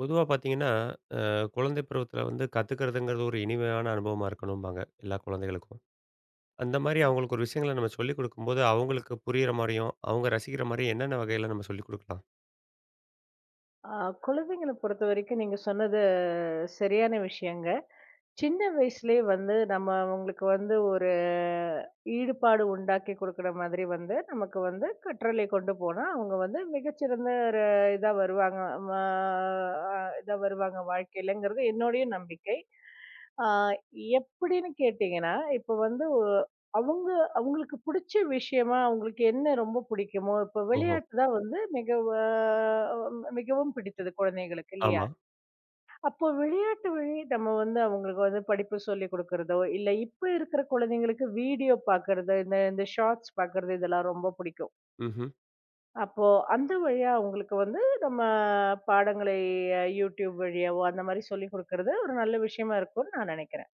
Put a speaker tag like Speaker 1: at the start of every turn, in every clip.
Speaker 1: பொதுவா பார்த்தீங்கன்னா, அ குழந்தை பருவத்தில வந்து கத்துக்கிறதுங்கிறது ஒரு இனிமையான அனுபவமா இருக்கணும்பாங்க, எல்லா குழந்தைகளுக்கும். அந்த மாரி அவங்களுக்கு ஒரு விஷயங்கள நம்ம சொல்லிக் குடுக்கும்போது, அவங்களுக்கு புரியிற மாரியும், அவங்க ரசிக்கிற மாரியும் என்னென்ன வகையில நம்ம சொல்லிக் குடுக்கலாம்?
Speaker 2: ஆ குழந்தைங்கள பொறுத்தவரைக்கும் நீங்க சொன்னது சரியான விஷயங்க. சின்ன வயசுலயே வந்து நம்ம அவங்களுக்கு வந்து ஒரு ஈடுபாடு உண்டாக்கி குடுக்குற மாதிரி வந்து, நமக்கு வந்து கற்றலை கொண்டு போனா, அவங்க வந்து மிகச்சிறந்த ஒரு இதா வருவாங்க. ம அ இதா வருவாங்க வாழ்க்கையிலங்கிறது என்னுடைய நம்பிக்கை. ஆ எப்படின்னு கேட்டீங்கன்னா, இப்ப வந்து ஒ அவங்க அவங்களுக்கு புடிச்ச விஷயமா அவங்களுக்கு என்ன ரொம்ப பிடிக்குமோ, இப்ப
Speaker 1: ஓஹோ!
Speaker 2: விளையாட்டு தான் வந்து அ மிகவும் பிடித்தது குழந்தைகளுக்கு இல்லையா?
Speaker 1: ஆமா.
Speaker 2: அப்போ விளையாட்டு வழி நம்ம வந்து அவங்களுக்கு வந்து படிப்பு சொல்லிக் குடுக்குறதோ, இல்ல இப்ப இருக்கிற குழந்தைங்களுக்கு வீடியோ பார்க்கறது, இந்த இந்த ஷார்ட்ஸ் பார்க்கறது இதெல்லாம் ரொம்ப பிடிக்கும்.
Speaker 1: ம்ஹ்ம்.
Speaker 2: அப்போ அந்த வழியா அவங்களுக்கு வந்து நம்ம பாடங்களை யூடியூப் வழியாவோ அந்த மாரி சொல்லிக் குடுக்கறது ஒரு நல்ல விஷயமா இருக்கும்னு நான் நினைக்கிறேன்.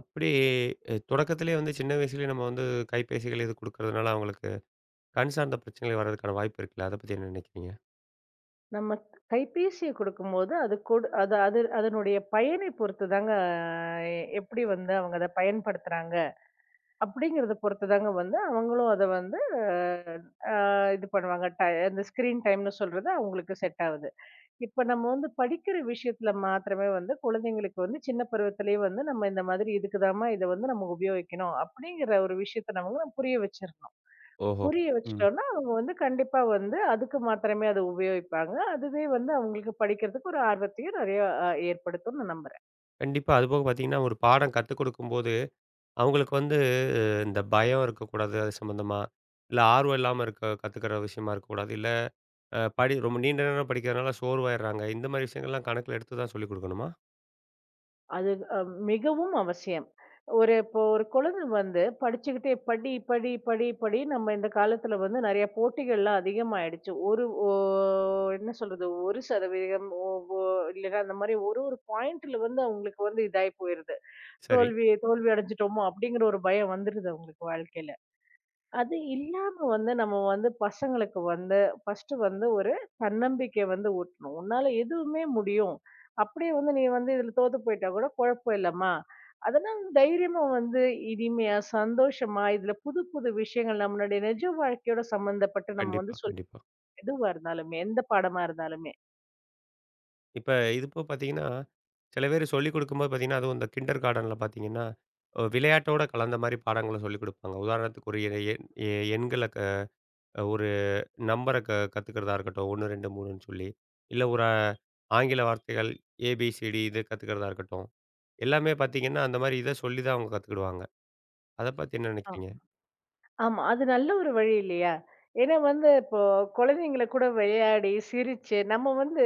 Speaker 1: அப்படி தொடக்கத்திலேயே வந்து சின்ன வயசுலயே நம்ம வந்து கைபேசிகள் இது குடுக்கறதுனால, அவங்களுக்கு கண் சார்ந்த பிரச்சனைகள் வர்றதுக்கான வாய்ப்பு இருக்குல்ல? அத பத்தி என்ன நினைக்கிறீங்க?
Speaker 2: நம்ம கைபேசிய குடுக்கும்போது அது கொடு அது அது அதனுடைய பயனை பொறுத்து தாங்க எப்படி வந்து அவங்க அத பயன்படுத்துறாங்க. அப்படிங்கிறத பொறுத்துதாங்க வந்து அவங்களும் அத வந்து அ இது பண்ணுவாங்க. அந்த ஸ்க்ரீன் டைம்ன்னு சொல்றது அவங்களுக்கு செட் ஆகுது. இப்ப நம்ம வந்து படிக்கிற விஷயத்துல மாத்திரமே வந்து குழந்தைங்களுக்கு வந்து சின்ன பருவத்திலேயே வந்து நம்ம இந்த மாதிரி இதுக்குதாம்மா இத வந்து நம்ம உபயோகிக்கணும். அப்படிங்கிற ஒரு விஷயத்த நம்ம வந்து புரிய வச்சிரணும்.
Speaker 1: ஓஹோ!
Speaker 2: புரிய
Speaker 1: ம்.
Speaker 2: வச்சுட்டோம்னா அவங்க வந்து கண்டிப்பா வந்து அதுக்கு மாத்திரமே அத உபயோகிப்பாங்க. அதுவே வந்து அவங்களுக்கு படிக்கிறதுக்கு ஒரு ஆர்வத்தையும் நெறைய ஏற்படுத்தும்னு நான் நம்புறேன்.
Speaker 1: கண்டிப்பா. அதுபோக பார்த்தீங்கன்னா, ஒரு பாடம் கத்துக் குடுக்கும்போது, அவங்களுக்கு வந்து இந்த பயம் இருக்கக்கூடாது. அது சம்மந்தமா. இல்ல ஆர்வம் இல்லாம இருக்க கத்துக்கிற விஷயமா இருக்கக்கூடாது. இல்ல படி ரொம்ப நீண்ட நேரம் படிக்கிறதுனால சோர்வாயிடுறாங்க. இந்த மாரி விஷயங்கள்லாம் கணக்கில எடுத்து தான் சொல்லிக் குடுக்கணுமா?
Speaker 2: அது அ மிகவும் அவசியம். ஒரு இப்போ ஒரு குழந்தை வந்து படிச்சுக்கிட்டே படி, படி, படி, படி நம்ம இந்த காலத்துல வந்து நெறைய போட்டிகள்லாம் அதிகமாயிடுச்சு. ஒரு ஓ என்ன சொல்றது 1% ஓ ஓ இல்லன்னா அந்த மாரி ஒரு ஒரு பாயிண்ட்ல வந்து அவங்களுக்கு வந்து இதாயி போயிருது.
Speaker 1: சரி.
Speaker 2: தோல்வி தோல்வி அடைஞ்சுட்டோமோ! அப்படிங்கிற ஒரு பயம் வந்துருது அவங்களுக்கு வாழ்க்கையில. அது இல்லாம வந்து நம்ம வந்து பசங்களுக்கு வந்து ஃபர்ஸ்ட்டு வந்து ஒரு தன்னம்பிக்கை வந்து ஊட்டணும். உன்னால எதுவுமே முடியும். அப்படியே வந்து நீ வந்து இதுல தோத்து போயிட்டா கூட குழப்பம் இல்லம்மா. அதனால தைரியமா வந்து இனிமையா, சந்தோஷமா இதுல புது புது விஷயங்கள் நம்மளுடைய நிஜ வாழ்க்கையோட சம்மந்தப்பட்டு நம்ம
Speaker 1: கண்டிப்பா,
Speaker 2: வந்து சொல்லி
Speaker 1: கண்டிப்பா.
Speaker 2: எதுவா இருந்தாலுமே, எந்த பாடமா இருந்தாலுமே.
Speaker 1: இப்ப இது போக பார்த்தீங்கன்னா, சில பேர் சொல்லிக் குடுக்கும்போது பார்த்தீங்கன்னா, அதுவும் இந்த கிண்டர் கார்டன்ல பார்த்தீங்கன்னா, விளையாட்டோட கலந்த மாரி பாடங்கள சொல்லிக் குடுப்பாங்க. உதாரணத்துக்கு ஒரு எ எண் எ எண்கள க ஒரு நம்பர கத்துக்கிறதா இருக்கட்டும். 1, 2, 3ன்னு சொல்லி. இல்ல ஒரு ஆங்கில வார்த்தைகள் ஏபிசிடி இது கத்துக்கிறதா இருக்கட்டும். எல்லாமே பார்த்தீங்கன்னா, அந்த மாரி இத சொல்லி தான் அவங்க கத்துக்கிடுவாங்க. அத பத்தி என்ன
Speaker 2: ஆ.
Speaker 1: நினைக்கிறீங்க?
Speaker 2: ஆமா. அது நல்ல ஒரு வழி இல்லையா? ஏன்னா வந்து இப்போ குழந்தைங்கள கூட விளையாடி, சிரிச்சு நம்ம வந்து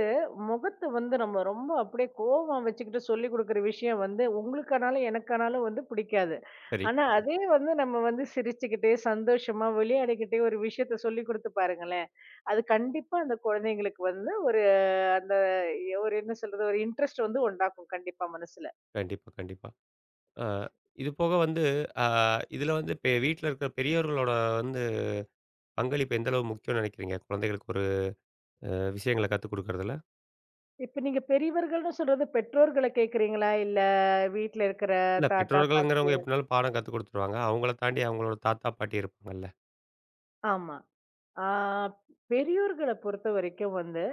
Speaker 2: முகத்த வந்து நம்ம ரொம்ப அப்படியே கோவமா வச்சுக்கிட்டு சொல்லிக் குடுக்குற விஷயம் வந்து உங்களுக்கானாலும், எனக்கானாலும் வந்து பிடிக்காது.
Speaker 1: சரி.
Speaker 2: ஆனா ஆமா. அதே வந்து நம்ம வந்து சிரிச்சுக்கிட்டே, சந்தோஷமா, விளையாடிக்கிட்டே ஒரு விஷயத்த சொல்லிக் குடுத்து பாருங்களேன். அது கண்டிப்பா அந்த குழந்தைங்களுக்கு வந்து ஒரு அந்த ஒரு என்ன சொல்றது? ஒரு இன்ட்ரெஸ்ட் வந்து உண்டாக்கும் கண்டிப்பா மனசுல.
Speaker 1: கண்டிப்பா, கண்டிப்பா. அ இது போக வந்து அ இதுல வந்து வீட்ல இருக்கிற பெரியவர்களோட வந்து பங்களிப்பு எந்த அளவு முக்கியம்னு நினைக்கிறீங்க? குழந்தைகளுக்கு ஒரு அ விஷயங்கள கத்துக் குடுக்கறதுல?
Speaker 2: இப்ப நீங்க பெரியவர்கள்ன்னு சொல்றது பெற்றோர்கள கேட்கிறீங்களா? இல்ல வீட்ல இருக்கிற
Speaker 1: இல்ல
Speaker 2: தாத்தா, பாட்டி
Speaker 1: பெற்றோர்கள்ங்கிறவங்க எப்படினாலும் பாடம் கத்துக் குடுத்துருவாங்க. அவங்கள தாண்டி அவங்களோட தாத்தா, பாட்டி இருப்பாங்கல்ல.
Speaker 2: ஆமா. ஆ பெரியோர்கள பொறுத்தவரைக்கும் வந்து,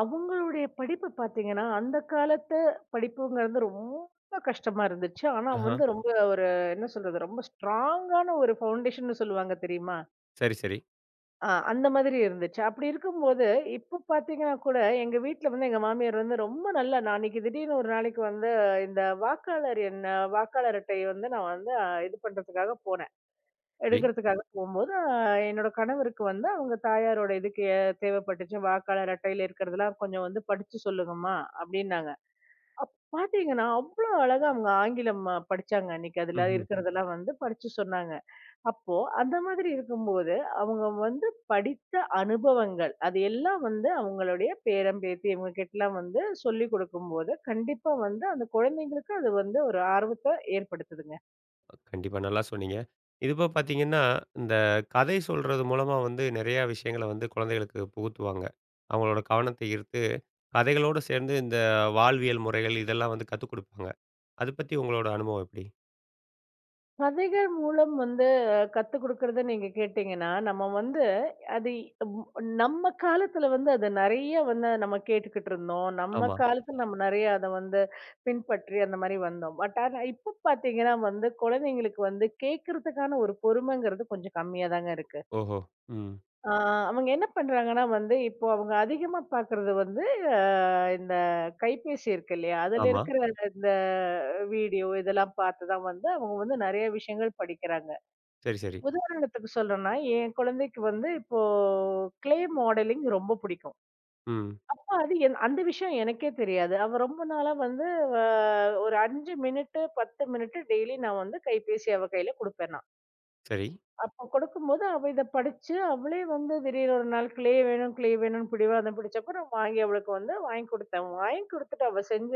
Speaker 2: அவங்களுடைய படிப்பு பார்த்தீங்கன்னா, அந்த காலத்து படிப்புங்கிறது ரொம்ப கஷ்டமா இருந்துச்சு. ஆனா
Speaker 1: ஆஹா.
Speaker 2: வந்து ரொம்ப ஒரு என்ன சொல்றது, ரொம்ப ஸ்ட்ராங்கான ஒரு ஃபவுண்டேஷன்னு சொல்லுவாங்க தெரியுமா?
Speaker 1: சரி, சரி,
Speaker 2: அந்த மாதிரி இருந்துச்சு. அப்படி இருக்கும்போது, இப்போ பார்த்தீங்கன்னா கூட எங்க வீட்ல வந்து எங்க மாமியார் வந்து ரொம்ப நல்லா நான் அன்னைக்கு திடீர்னு ஒரு நாளைக்கு வந்து இந்த வாக்காளர் அட்டைய வந்து நான் வந்து இது பண்றதுக்காக போனேன்.
Speaker 1: சரி.
Speaker 2: எடுக்கிறதுக்காக போகும்போது, என்னோட கணவருக்கு வந்து அவங்க தாயாரோட இதுக்கு தேவைப்பட்டுச்சு. "வாக்காளர் அட்டையில இருக்கிறதெல்லாம் கொஞ்சம் வந்து படிச்சு சொல்லுங்கம்மா" அப்படின்னாங்க. பார்த்தீங்கன்னா, அவ்ளோ அழகா அவங்க ஆங்கிலம் படிச்சாங்க அன்னைக்கு. அதுல
Speaker 1: ம்ஹ்ம்.
Speaker 2: இருக்கிறதெல்லாம் வந்து படிச்சு சொன்னாங்க. அப்போ அந்த மாதிரி இருக்கும்போது, அவங்க வந்து படித்த அனுபவங்கள், அது எல்லாம் வந்து அவங்களுடைய பேரன், பேத்தி இவங்க கிட்டலாம் வந்து சொல்லிக் கொடுக்கும்போது, கண்டிப்பா வந்து அந்த குழந்தைங்களுக்கு அது வந்து ஒரு ஆர்வத்த ஏற்படுத்துதுங்க.
Speaker 1: கண்டிப்பா. நல்லா சொன்னீங்க. இதுபோக பார்த்தீங்கன்னா, இந்த கதை சொல்றது மூலமா வந்து நெறையா விஷயங்கள வந்து குழந்தைகளுக்கு புகுத்துவாங்க. அவங்களோட கவனத்த ஈர்த்து கதைகளோடு சேர்ந்து இந்த வாழ்வியல் முறைகள் இதெல்லாம் வந்து கத்துக் குடுப்பாங்க. அது பத்தி உங்களோட அனுபவம் எப்படி?
Speaker 2: கதைகள் மூலம் வந்து கத்து குடுக்கறத நீங்க கேட்டீங்கன்னா, நம்ம வந்து அது ம் நம்ம காலத்துல வந்து அது நெறைய வந்து நம்ம கேட்டுக்கிட்டு இருந்தோம். நம்ம
Speaker 1: ஆமா.
Speaker 2: காலத்துல நம்ம நெறைய அத வந்து பின்பற்றி அந்த மாரி வந்தோம். பட் ஆனா இப்ப பாத்தீங்கன்னா வந்து குழந்தைங்களுக்கு வந்து கேட்கறதுக்கான ஒரு பொறுமைங்கிறது கொஞ்சம் கம்மியா தாங்க இருக்கு.
Speaker 1: ஓஹோ! ம்.
Speaker 2: ஆ அவங்க என்ன பண்றாங்கன்னா வந்து இப்போ அவங்க அதிகமா பாக்குறது வந்து அ இந்த கைபேசி இருக்கு இல்லையா? அதுல
Speaker 1: ஆமா.
Speaker 2: இருக்கிற இந்த வீடியோ இதெல்லாம் பாத்து தான் வந்து அவங்க வந்து நெறைய விஷயங்கள் படிக்கிறாங்க.
Speaker 1: சரி, சரி.
Speaker 2: உதாரணத்துக்கு சொல்றேன்னா, என் குழந்தைக்கு வந்து இப்போ கிளே மாடலிங் ரொம்ப பிடிக்கும்.
Speaker 1: ம்.
Speaker 2: அப்ப அது என் அந்த விஷயம் எனக்கே தெரியாது. அவ ரொம்ப நாளா வந்து அ ஒரு 5 மினிட்டு, 10 மினிட்டு டெய்லி நான் வந்து கைபேசி அவ கையில குடுப்பேன் நான்.
Speaker 1: சரி.
Speaker 2: அப்ப குடுக்கும்போது அவ இத படிச்சு அவளே வந்து திடீர்னு ஒரு நாள் கிளே வேணும், கிளே வேணும்னு பிடிவாதம் பிடிச்சப்ப நான் வாங்கி அவளுக்கு வந்து வாங்கி குடுத்தேன். வாங்கி குடுத்துட்டு அவ செஞ்ச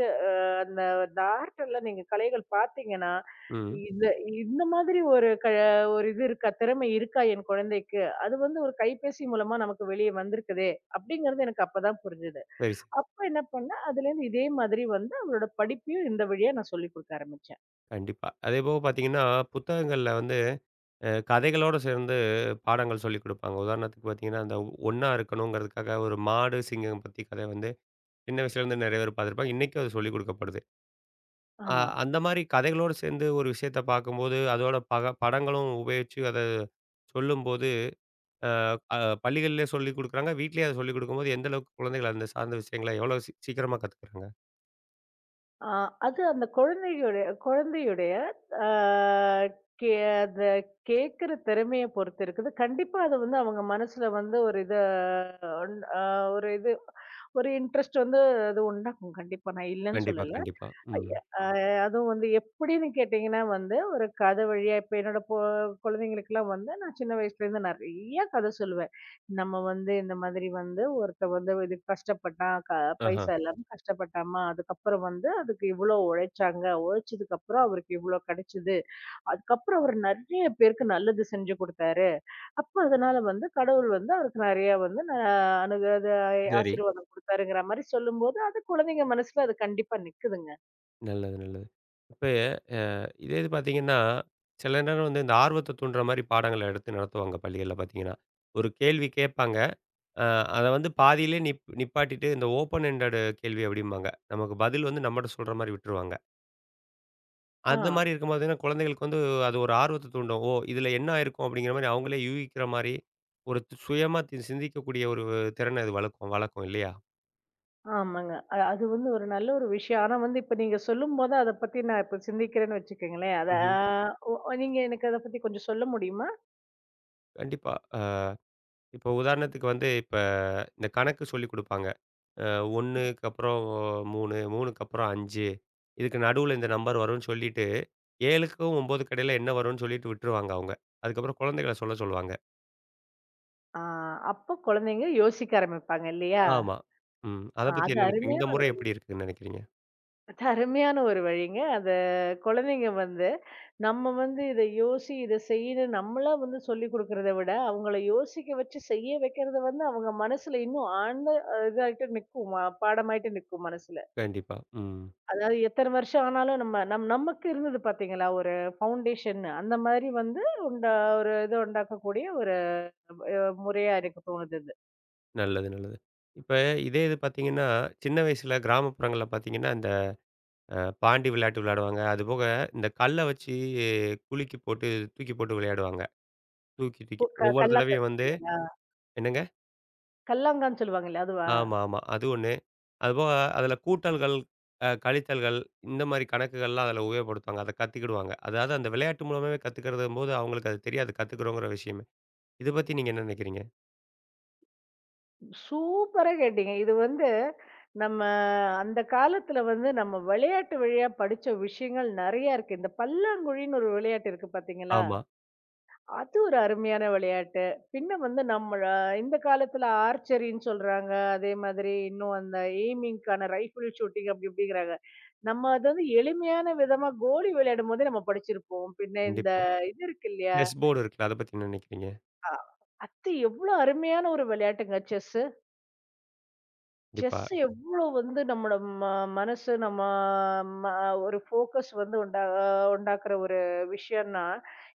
Speaker 2: அந்த அந்த ஆர்ட்ல நீங்க கலைகள் பார்த்தீங்கன்னா,
Speaker 1: ம்.
Speaker 2: இந்த இந்த மாதிரி ஒரு இது இருக்கா, திறமை இருக்கா என் குழந்தைக்கு? அது வந்து ஒரு கைபேசி மூலமா நமக்கு வெளிய வந்திருக்குதே! அப்டிங்கிறது எனக்கு அப்பதான் புரிஞ்சது.
Speaker 1: சரி, சரி.
Speaker 2: அப்ப என்ன பண்ணேன், அதுலேருந்து இதே மாதிரி வந்து அவளோட படிப்பையும் இந்த வழியா நான் சொல்லிக் குடுக்க ஆரம்பிச்சேன்.
Speaker 1: கண்டிப்பா. அதேபோக பார்த்தீங்கன்னா, புத்தகங்கள்ல வந்து கதைகளோட சேர்ந்து பாடங்கள் சொல்லிக் குடுப்பாங்க. உதாரணத்துக்கு பார்த்தீங்கன்னா, அந்த ஒண்ணா இருக்கணுங்கிறதுக்காக ஒரு மாடு, சிங்கம் பத்தி கதை வந்து சின்ன வயசுலேருந்து நெறைய பேர் பார்த்துருப்பாங்க. இன்னைக்கும் அது சொல்லிக் குடுக்கப்படுது. அ
Speaker 2: ஆமா.
Speaker 1: அந்த மாரி கதைகளோடு சேர்ந்து ஒரு விஷயத்த பார்க்கும்போது, அதோட படங்களும் உபயோகிச்சு அத சொல்லும்போது அ அ பள்ளிகள்லயே சொல்லிக் குடுக்குறாங்க. வீட்லயே அத சொல்லிக் குடுக்கும்போது எந்த அளவுக்கு குழந்தைகள் அந்த சார்ந்த விஷயங்கள எவ்வளோ சீக்கிரமா கத்துக்குறாங்க?
Speaker 2: ஆ, அது அந்த குழந்தையுடைய குழந்தையுடைய ஆ, கே அந்த கேட்கிற திறமைய பொறுத்து இருக்குது. கண்டிப்பா அது வந்து அவங்க மனசுல வந்து ஒரு இத அ ஒரு இது ஒரு இன்ட்ரெஸ்ட் வந்து அது உண்டாக்கும். கண்டிப்பா நான் இல்லன்னு
Speaker 1: கண்டிப்பா,
Speaker 2: சொல்லல.
Speaker 1: கண்டிப்பா. ம்.
Speaker 2: ஐய அ அதுவும் வந்து எப்படின்னு கேட்டீங்கன்னா வந்து, ஒரு கதை வழியா இப்ப என்னோட பொ குழந்தைங்களுக்கெல்லாம் வந்து நான் சின்ன வயசுலேருந்து நெறைய கதை சொல்லுவேன். நம்ம வந்து இந்த மாதிரி வந்து ஒருத்தன் வந்து இது கஷ்டப்பட்டான்.
Speaker 1: ஆஹா.
Speaker 2: பைசா இல்லாம கஷ்டப்பட்டாமா. அதுக்கப்புறம் வந்து அதுக்கு இவ்ளோ உழைச்சாங்க. உழைச்சதுக்கப்புறம் அவருக்கு இவ்ளோ கிடைச்சது. அதுக்கப்புறம் அவர் நெறைய பேருக்கு நல்லது செஞ்சு குடுத்தாரு. அப்ப அதனால வந்து கடவுள் வந்து அவருக்கு நெறையா வந்து ந அணுக அது
Speaker 1: சரி.
Speaker 2: ஆசீர்வாதம் குடுத்தாருங்கிற மாரி சொல்லும்போது, அது குழந்தைங்க மனசுல அது கண்டிப்பா நிக்குதுங்க.
Speaker 1: நல்லது, நல்லது. இப்ப இதே இது பார்த்தீங்கன்னா, சில நேரம் வந்து இந்த ஆர்வத்த தூண்டுற மாரி பாடங்கள எடுத்து நடத்துவாங்க பள்ளிகள்ல பார்த்தீங்கன்னா. ஒரு கேள்வி கேட்பாங்க. அ அத வந்து பாதியிலே நிப்பாட்டிட்டு இந்த ஓப்பன் எண்டட் கேள்வி அப்படிம்பாங்க. நமக்கு பதில் வந்து நம்மட்ட சொல்ற மாரி விட்டுருவாங்க.
Speaker 2: ஆ.
Speaker 1: அந்த மாரி இருக்கும்போது பார்த்தீங்கன்னா, குழந்தைகளுக்கு வந்து அது ஒரு ஆர்வத்த தூண்டும். ஓ! இதுல என்ன ஆயிருக்கும் அப்படிங்கிற மாரி அவங்களே யூகிக்கிற மாரி, ஒரு சுயமா சிந்திக்கக்கூடிய ஒரு திறன இது வளர்க்கும் வளர்க்கும் இல்லையா?
Speaker 2: ஆமாங்க. அது வந்து ஒரு நல்ல ஒரு விஷயம். ஆனா வந்து இப்ப நீங்க சொல்லும்போது அத பத்தி நான் இப்ப சிந்திக்கிறேன்னு வச்சுக்கங்களேன். அத
Speaker 1: ம்ஹ்ம்.
Speaker 2: ஆ ஒ நீங்க எனக்கு அத பத்தி கொஞ்சம் சொல்ல முடியுமா?
Speaker 1: கண்டிப்பா. அ இப்போ உதாரணத்துக்கு வந்து இப்ப இந்த கணக்கு சொல்லிக் குடுப்பாங்க. அ 1க்கு அப்புறம் 3, 3க்கு அப்புறம் 5 இதுக்கு நடுவுல இந்த நம்பர் வரும்ன்னு சொல்லிட்டு, 7க்கும் 9க்கு இடையில என்ன வரும்ன்னு சொல்லிட்டு விட்டுருவாங்க அவங்க. அதுக்கப்புறம் குழந்தைகள சொல்ல சொல்லுவாங்க.
Speaker 2: ஆ அப்ப குழந்தைங்க யோசிக்க ஆரம்பிப்பாங்க இல்லையா?
Speaker 1: ஆமா. ம். அத
Speaker 2: ஆ
Speaker 1: பத்தி
Speaker 2: அது
Speaker 1: என்ன நினைக்கிறீங்க?
Speaker 2: அருமையான
Speaker 1: இந்த முறை எப்படி இருக்குன்னு நினைக்கிறீங்க?
Speaker 2: அது அருமையான ஒரு வழிங்க. அத குழந்தைங்க வந்து நம்ம வந்து இத யோசி, இத செய்யின்னு நம்மளா வந்து சொல்லிக் குடுக்கிறத விட, அவங்கள யோசிக்க வச்சு செய்ய வைக்கிறது வந்து அவங்க மனசுல இன்னும் ஆழ்ந்த இதாயிட்டு நிக்கும். பாடமாயிட்டு நிக்கும் மனசுல.
Speaker 1: கண்டிப்பா. ம்.
Speaker 2: அதாவது எத்தன வருஷம் ஆனாலும் நம்ம நம் நமக்கு இருந்தது பாத்தீங்களா? ஒரு ஃபவுண்டேஷன் அந்த மாதிரி வந்து உண்டா ஒரு இது உண்டாக்கக்கூடிய ஒரு முறையா எனக்கு தோணுது இது.
Speaker 1: நல்லது, நல்லது. இப்ப இதே இது பார்த்தீங்கன்னா, சின்ன வயசுல கிராமப்புறங்கள்ல பார்த்தீங்கன்னா, இந்த பாண்டி விளையாட்டு விளையாடுவாங்க. அதுபோக இந்த கல்ல வச்சு குலுக்கி போட்டு, தூக்கி போட்டு விளையாடுவாங்க. தூக்கி,
Speaker 2: கு
Speaker 1: தூக்கி
Speaker 2: க
Speaker 1: ஒவ்வொரு
Speaker 2: கல்லாங்காய்
Speaker 1: தடவையும் வந்து
Speaker 2: சொல்றீங்களா?
Speaker 1: என்னங்க?
Speaker 2: கல்லாங்கான்னு சொல்லுவாங்கல்ல அதுவா?
Speaker 1: ஆமா, ஆமா. அது ஒண்ணு. அதுபோக அதில கூட்டல்கள், கழித்தல்கள் இந்த மாரி கணக்குகள்லாம் அதில உபயோகப்படுத்துவாங்க. அத கத்துக்கிடுவாங்க. அதாவது அந்த விளையாட்டு மூலமாவே கத்துக்கிறதும்போது அவங்களுக்கு அது தெரியாது கத்துக்கிறோங்கிற விஷயமே. இத பத்தி நீங்க என்ன நினைக்கிறீங்க?
Speaker 2: சூப்பரா கேட்டீங்க. இது வந்து நம்ம அந்த காலத்துல வந்து நம்ம விளையாட்டு வழியா படிச்ச விஷயங்கள் நெறைய இருக்கு. இந்த பல்லாங்குழின்னு ஒரு விளையாட்டு இருக்கு பாத்தீங்களா?
Speaker 1: ஆமா,
Speaker 2: அது ஒரு அருமையான விளையாட்டு. பின்ன வந்து நம்மள இந்த காலத்துல ஆர்ச்சரின்னு சொல்றாங்க. அதே மாதிரி இன்னும் அந்த எய்மிங்க்கான ரைஃபிள் ஷூட்டிங் அப்படி இப்படிங்கிறாங்க. நம்ம அது வந்து எளிமையான விதமா கோலி விளையாடும்போதே நம்ம படிச்சிருப்போம். பின்ன இந்த
Speaker 1: கண்டிப்பா.
Speaker 2: இது இருக்கு இல்லையா?
Speaker 1: செஸ் போர்டு இருக்குல்ல. அத பத்தி என்ன நினைக்கிறீங்க?
Speaker 2: அ அது எவ்ளோ அருமையான ஒரு விளையாட்டுங்க செஸ்ஸு.
Speaker 1: கண்டிப்பா,
Speaker 2: செஸ் எவ்ளோ வந்து நம்மளோட ம மனசு நம்ம ம ஒரு ஃபோக்கஸ் வந்து உண்டாக்குற ஒரு விஷயம்னா,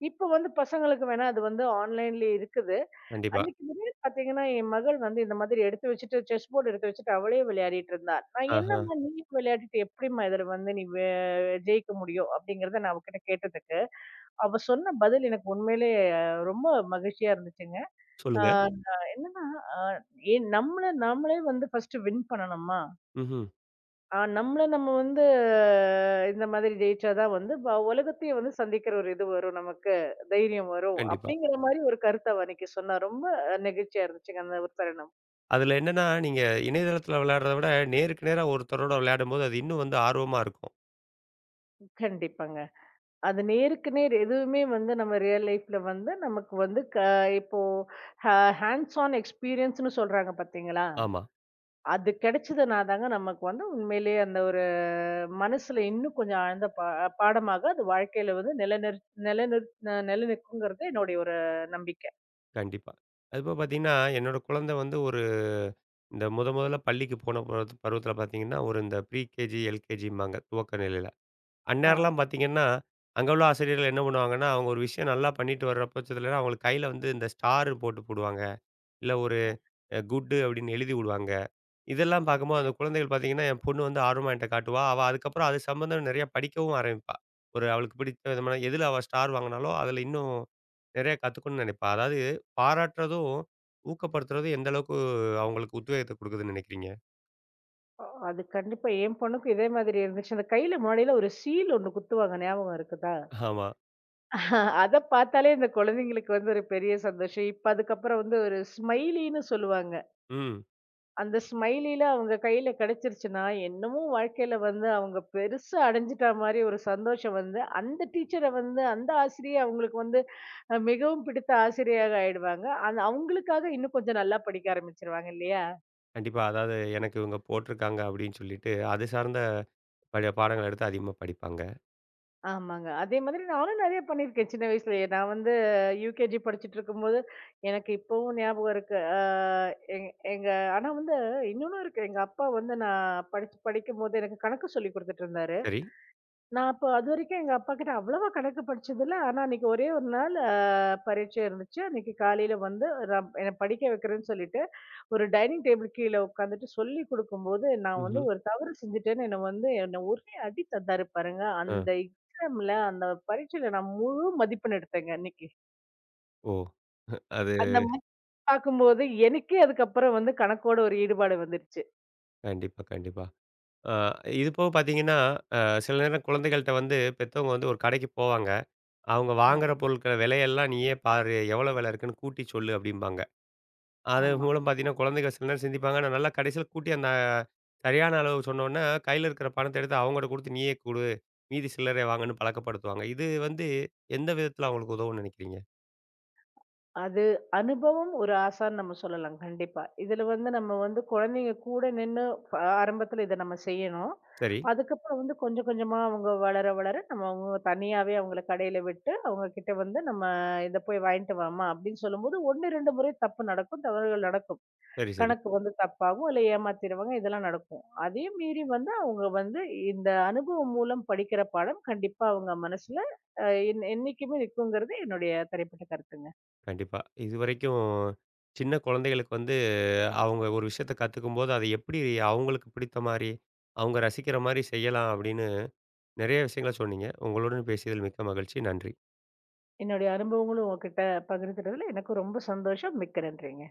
Speaker 2: இப்ப வந்து பசங்களுக்கு வேணா அது வந்து ஆன்லைன்லயே இருக்குது.
Speaker 1: கண்டிப்பா.
Speaker 2: அன்னைக்கு முன்னாடி பார்த்தீங்கன்னா, என் மகள் வந்து இந்த மாதிரி எடுத்து வச்சுட்டு செஸ் போர்ட் எடுத்து வச்சுட்டு அவளே விளையாடிட்டு இருந்தா. நான்
Speaker 1: ஆஹா,
Speaker 2: என்னம்மா நீ விளையாடிட்டு எப்படிம்மா இதில வந்து நீ வெ ஜெயிக்க முடியும்? அப்படிங்கிறத நான் அவகிட்ட கேட்டதுக்கு, அவ சொன்ன பதில் எனக்கு உண்மையிலேயே ரொம்ப மகிழ்ச்சியா இருந்துச்சுங்க. ஆ
Speaker 1: சொல்லுங்க.
Speaker 2: ம். என்னன்னா, அ ஏன் நம்மள நாமளே வந்து ஃபர்ஸ்ட்டு வின் பண்ணணும்மா!
Speaker 1: ம்ஹ்ம்.
Speaker 2: நம்மள நம்ம வந்து இந்த மாதிரி ஜெயிச்சா தான் வந்து உலகத்தையும் வந்து சந்திக்கிற ஒரு இது வரும் நமக்கு. தைரியம் வரும்.
Speaker 1: கண்டிப்பா.
Speaker 2: அப்படிங்கிற மாரி ஒரு கருத்த அவ அன்னைக்கு சொன்னா. ரொம்ப நெகிழ்ச்சியா இருந்துச்சுங்க அந்த ஒரு தருணம்.
Speaker 1: அதுல என்னன்னா, நீங்க இணையதளத்துல விளையாடுறத விட, நேருக்கு நேரா ஒருத்தரோட விளையாடும்போது, அது இன்னும் வந்து ஆர்வமா இருக்கும்.
Speaker 2: கண்டிப்பாங்க. அது நேருக்கு நேர் எதுவுமே வந்து நம்ம ரியல் லைஃப்ல வந்து நமக்கு வந்து க இப்போ ஹ ஹேண்ட்ஸ் ஆன் எக்ஸ்பீரியன்ஸ்ன்னு சொல்றாங்க பார்த்தீங்களா?
Speaker 1: ஆமா,
Speaker 2: அது கிடைச்சதுனா தாங்க நமக்கு வந்து உண்மையிலேயே அந்த ஒரு மனசுல இன்னும் கொஞ்சம் ஆழ்ந்த பாடமாக அது வாழ்க்கையில வந்து நிலைநிற் நிலைநிற் அ நிலைநிற்குங்கிறது என்னுடைய ஒரு நம்பிக்கை.
Speaker 1: கண்டிப்பா. அதுபோக பாத்தீங்கன்னா, என்னோட குழந்தை வந்து ஒரு இந்த முதல்ல பள்ளிக்கு போன பருவத்துல பாத்தீங்கன்னா, ஒரு இந்த ப்ரீ கேஜி, எல்கேஜிம்பாங்க துவக்க நிலையில.
Speaker 2: ஆ.
Speaker 1: அந்நேரம்லாம் பாத்தீங்கன்னா, அங்க உள்ள ஆசிரியர்கள் என்ன பண்ணுவாங்கன்னா, அவங்க ஒரு விஷயம் நல்லா பண்ணிட்டு வர்ற பட்சத்துலலாம், அவங்களுக்கு கையில வந்து இந்த ஸ்டார் போட்டு போடுவாங்க. இல்ல ஒரு குட் அப்படின்னு எழுதி விடுவாங்க. இதெல்லாம் பார்க்கும்போது அந்த குழந்தைகள் பார்த்தீங்கன்னா, என் பொண்ணு வந்து ஆர்வமா என்ட்ட காட்டுவா. அவ அதுக்கப்புறம் அது சம்மந்தம் நிறைய படிக்கவும் ஆரம்பிப்பா. ஒரு அவளுக்கு பிடித்த விதமான எதுல அவ ஸ்டார் வாங்குனாலோ, அதுல இன்னும் நிறைய கத்துக்கணும்னு நினைப்பா. அதாவது பாராட்டுறதும், ஊக்கப்படுத்துறதும் எந்த அளவுக்கு அவங்களுக்கு உத்வேகத்த குடுக்குதுன்னு நினைக்கிறீங்க?
Speaker 2: அ அது கண்டிப்பா என் பொண்ணுக்கும் இதே மாதிரி இருந்துச்சு. அந்த கையில முன்னாடிலாம் ஒரு சீல் ஒண்ணு குத்துவாங்க ஞாபகம் இருக்குதா?
Speaker 1: ஆமா.
Speaker 2: அத பார்த்தாலே இந்த குழந்தைங்களுக்கு வந்து ஒரு பெரிய சந்தோஷம். இப்ப அதுக்கப்புறம் வந்து ஒரு ஸ்மைலின்னு சொல்லுவாங்க.
Speaker 1: ம்.
Speaker 2: அந்த ஸ்மைலில அவங்க கையில கிடைச்சிருச்சுன்னா, என்னமோ வாழ்க்கையில வந்து அவங்க பெருசா அடைஞ்சுட்டா மாரி ஒரு சந்தோஷம் வந்து, அந்த டீச்சர வந்து அந்த ஆசிரியை அவங்களுக்கு வந்து மிகவும் பிடித்த ஆசிரியையாக ஆயிடுவாங்க. அது அவங்களுக்காக இன்னும் கொஞ்சம் நல்லா படிக்க ஆரம்பிச்சுருவாங்க இல்லையா?
Speaker 1: கண்டிப்பா. அதாவது எனக்கு இவங்க போட்டிருக்காங்க அப்படின்னு சொல்லிட்டு, அது சார்ந்த பழைய பாடங்கள எடுத்து அதிகமா படிப்பாங்க.
Speaker 2: ஆமாங்க. அதே மாதிரி நானும் நெறைய பண்ணியிருக்கேன் சின்ன வயசுலயே. நான் வந்து யுகேஜி படிச்சுட்டுருக்கும்போது, எனக்கு இப்பவும் ஞாபகம் இருக்கு. ஆ எங் எங்க ஆனா வந்து இன்னொன்னும் இருக்கு. எங்க அப்பா வந்து நான் படிச்சு படிக்கும்போது எனக்கு கணக்கு சொல்லிக் குடுத்துட்டுருந்தாரு.
Speaker 1: சரி.
Speaker 2: நான் அப்போ அதுவரைக்கும் எங்க அப்பாகிட்ட அவ்வளவா கணக்கு படிச்சதில்ல. ஆனா அன்னைக்கு ஒரே ஒரு நாள் பரீட்சை இருந்துச்சு. அன்னைக்கு காலையில வந்து என்ன படிக்க வைக்கிறேன்னு சொல்லிட்டு, ஒரு டைனிங் டேபிள் கீழ உட்காந்துட்டு சொல்லிக் குடுக்கும்போது, நான் வந்து
Speaker 1: ம்ஹ்ம்.
Speaker 2: ஒரு தவறு செஞ்சுட்டேன்னு என்ன வந்து என்ன ஒரே அடி தந்தாரு பாருங்க.
Speaker 1: அ.
Speaker 2: அந்த எக்ஸாம்ல அந்த பரீட்சையில நான் முழு மதிப்பெண் எடுத்தேங்க அன்னைக்கு.
Speaker 1: ஓ! அது
Speaker 2: அந்த மாரி பார்க்கும்போது, எனக்கே அதுக்கப்புறம் வந்து கணக்கோட ஒரு ஈடுபாடு வந்துருச்சு.
Speaker 1: கண்டிப்பா, கண்டிப்பா. ஆ இது போக பார்த்தீங்கன்னா, சில நேரம் குழந்தைகள்ட்ட வந்து பெத்தவங்க வந்து ஒரு கடைக்கு போவாங்க. அவங்க
Speaker 2: ஆ
Speaker 1: வாங்குற பொருட்கள விலையெல்லாம் நீயே பாரு, எவ்வளோ விலை இருக்குன்னு கூட்டி சொல்லு அப்படிம்பாங்க. அது
Speaker 2: ஆமா.
Speaker 1: மூலம் பார்த்தீங்கன்னா, குழந்தைகள் சில நேரம் சிந்திப்பாங்க. ஆனா நல்லா கடைசியில கூட்டி அந்த சரியான அளவு சொன்னோன்னே, கையில இருக்கிற பணத்த எடுத்து அவங்கட்ட குடுத்து, "நீயே குடு, மீதி சில்லறைய வாங்குன்னு" பழக்கப்படுத்துவாங்க. இது வந்து எந்த விதத்தில அவங்களுக்கு உதவும்ன்னு நினைக்கிறீங்க?
Speaker 2: அது அனுபவம் ஒரு ஆசான்னு நம்ம சொல்லலாம் கண்டிப்பா. இதுல வந்து நம்ம வந்து குழந்தைங்க கூட நின்னு ப ஆரம்பத்துல இத நம்ம செய்யணும்.
Speaker 1: சரி,
Speaker 2: அதுக்கப்புறம் வந்து கொஞ்சம் கொஞ்சமா அவங்க வளர வளர நம்ம அவங்க தனியாவே அவங்கள கடையில விட்டு, அவங்க கிட்ட வந்து நம்ம இத போய் வாங்கிட்டு வாம்மா அப்படின்னு சொல்லும்போது 1, 2 முறை தப்பு நடக்கும். தவறுகள் நடக்கும்.
Speaker 1: சரி, சரி.
Speaker 2: கணக்கு வந்து தப்பாகும். இல்ல ஏமாத்திருவாங்க. இதெல்லாம் நடக்கும். அதையும் மீறி வந்து அவங்க வந்து இந்த அனுபவம் மூலம் படிக்கிற பாடம் கண்டிப்பா அவங்க மனசுல அ என் என்னைக்குமே நிக்குங்கிறது என்னுடைய தனிப்பட்ட கருத்துங்க.
Speaker 1: கண்டிப்பா. இதுவரைக்கும் சின்ன குழந்தைகளுக்கு வந்து அவங்க ஒரு விஷயத்த கத்துக்கும்போது, அதை எப்படி அவங்களுக்கு பிடித்த மாரி, அவங்க ரசிக்கிற மாரி செய்யலாம் அப்படின்னு, நெறைய விஷயங்கள சொன்னீங்க. உங்களுடன் பேசியதில் மிக்க மகிழ்ச்சி. நன்றி.
Speaker 2: என்னுடைய அனுபவங்களும் உங்ககிட்ட பகிர்ந்துட்டதுல எனக்கும் ரொம்ப சந்தோஷம். மிக்க நன்றிங்க.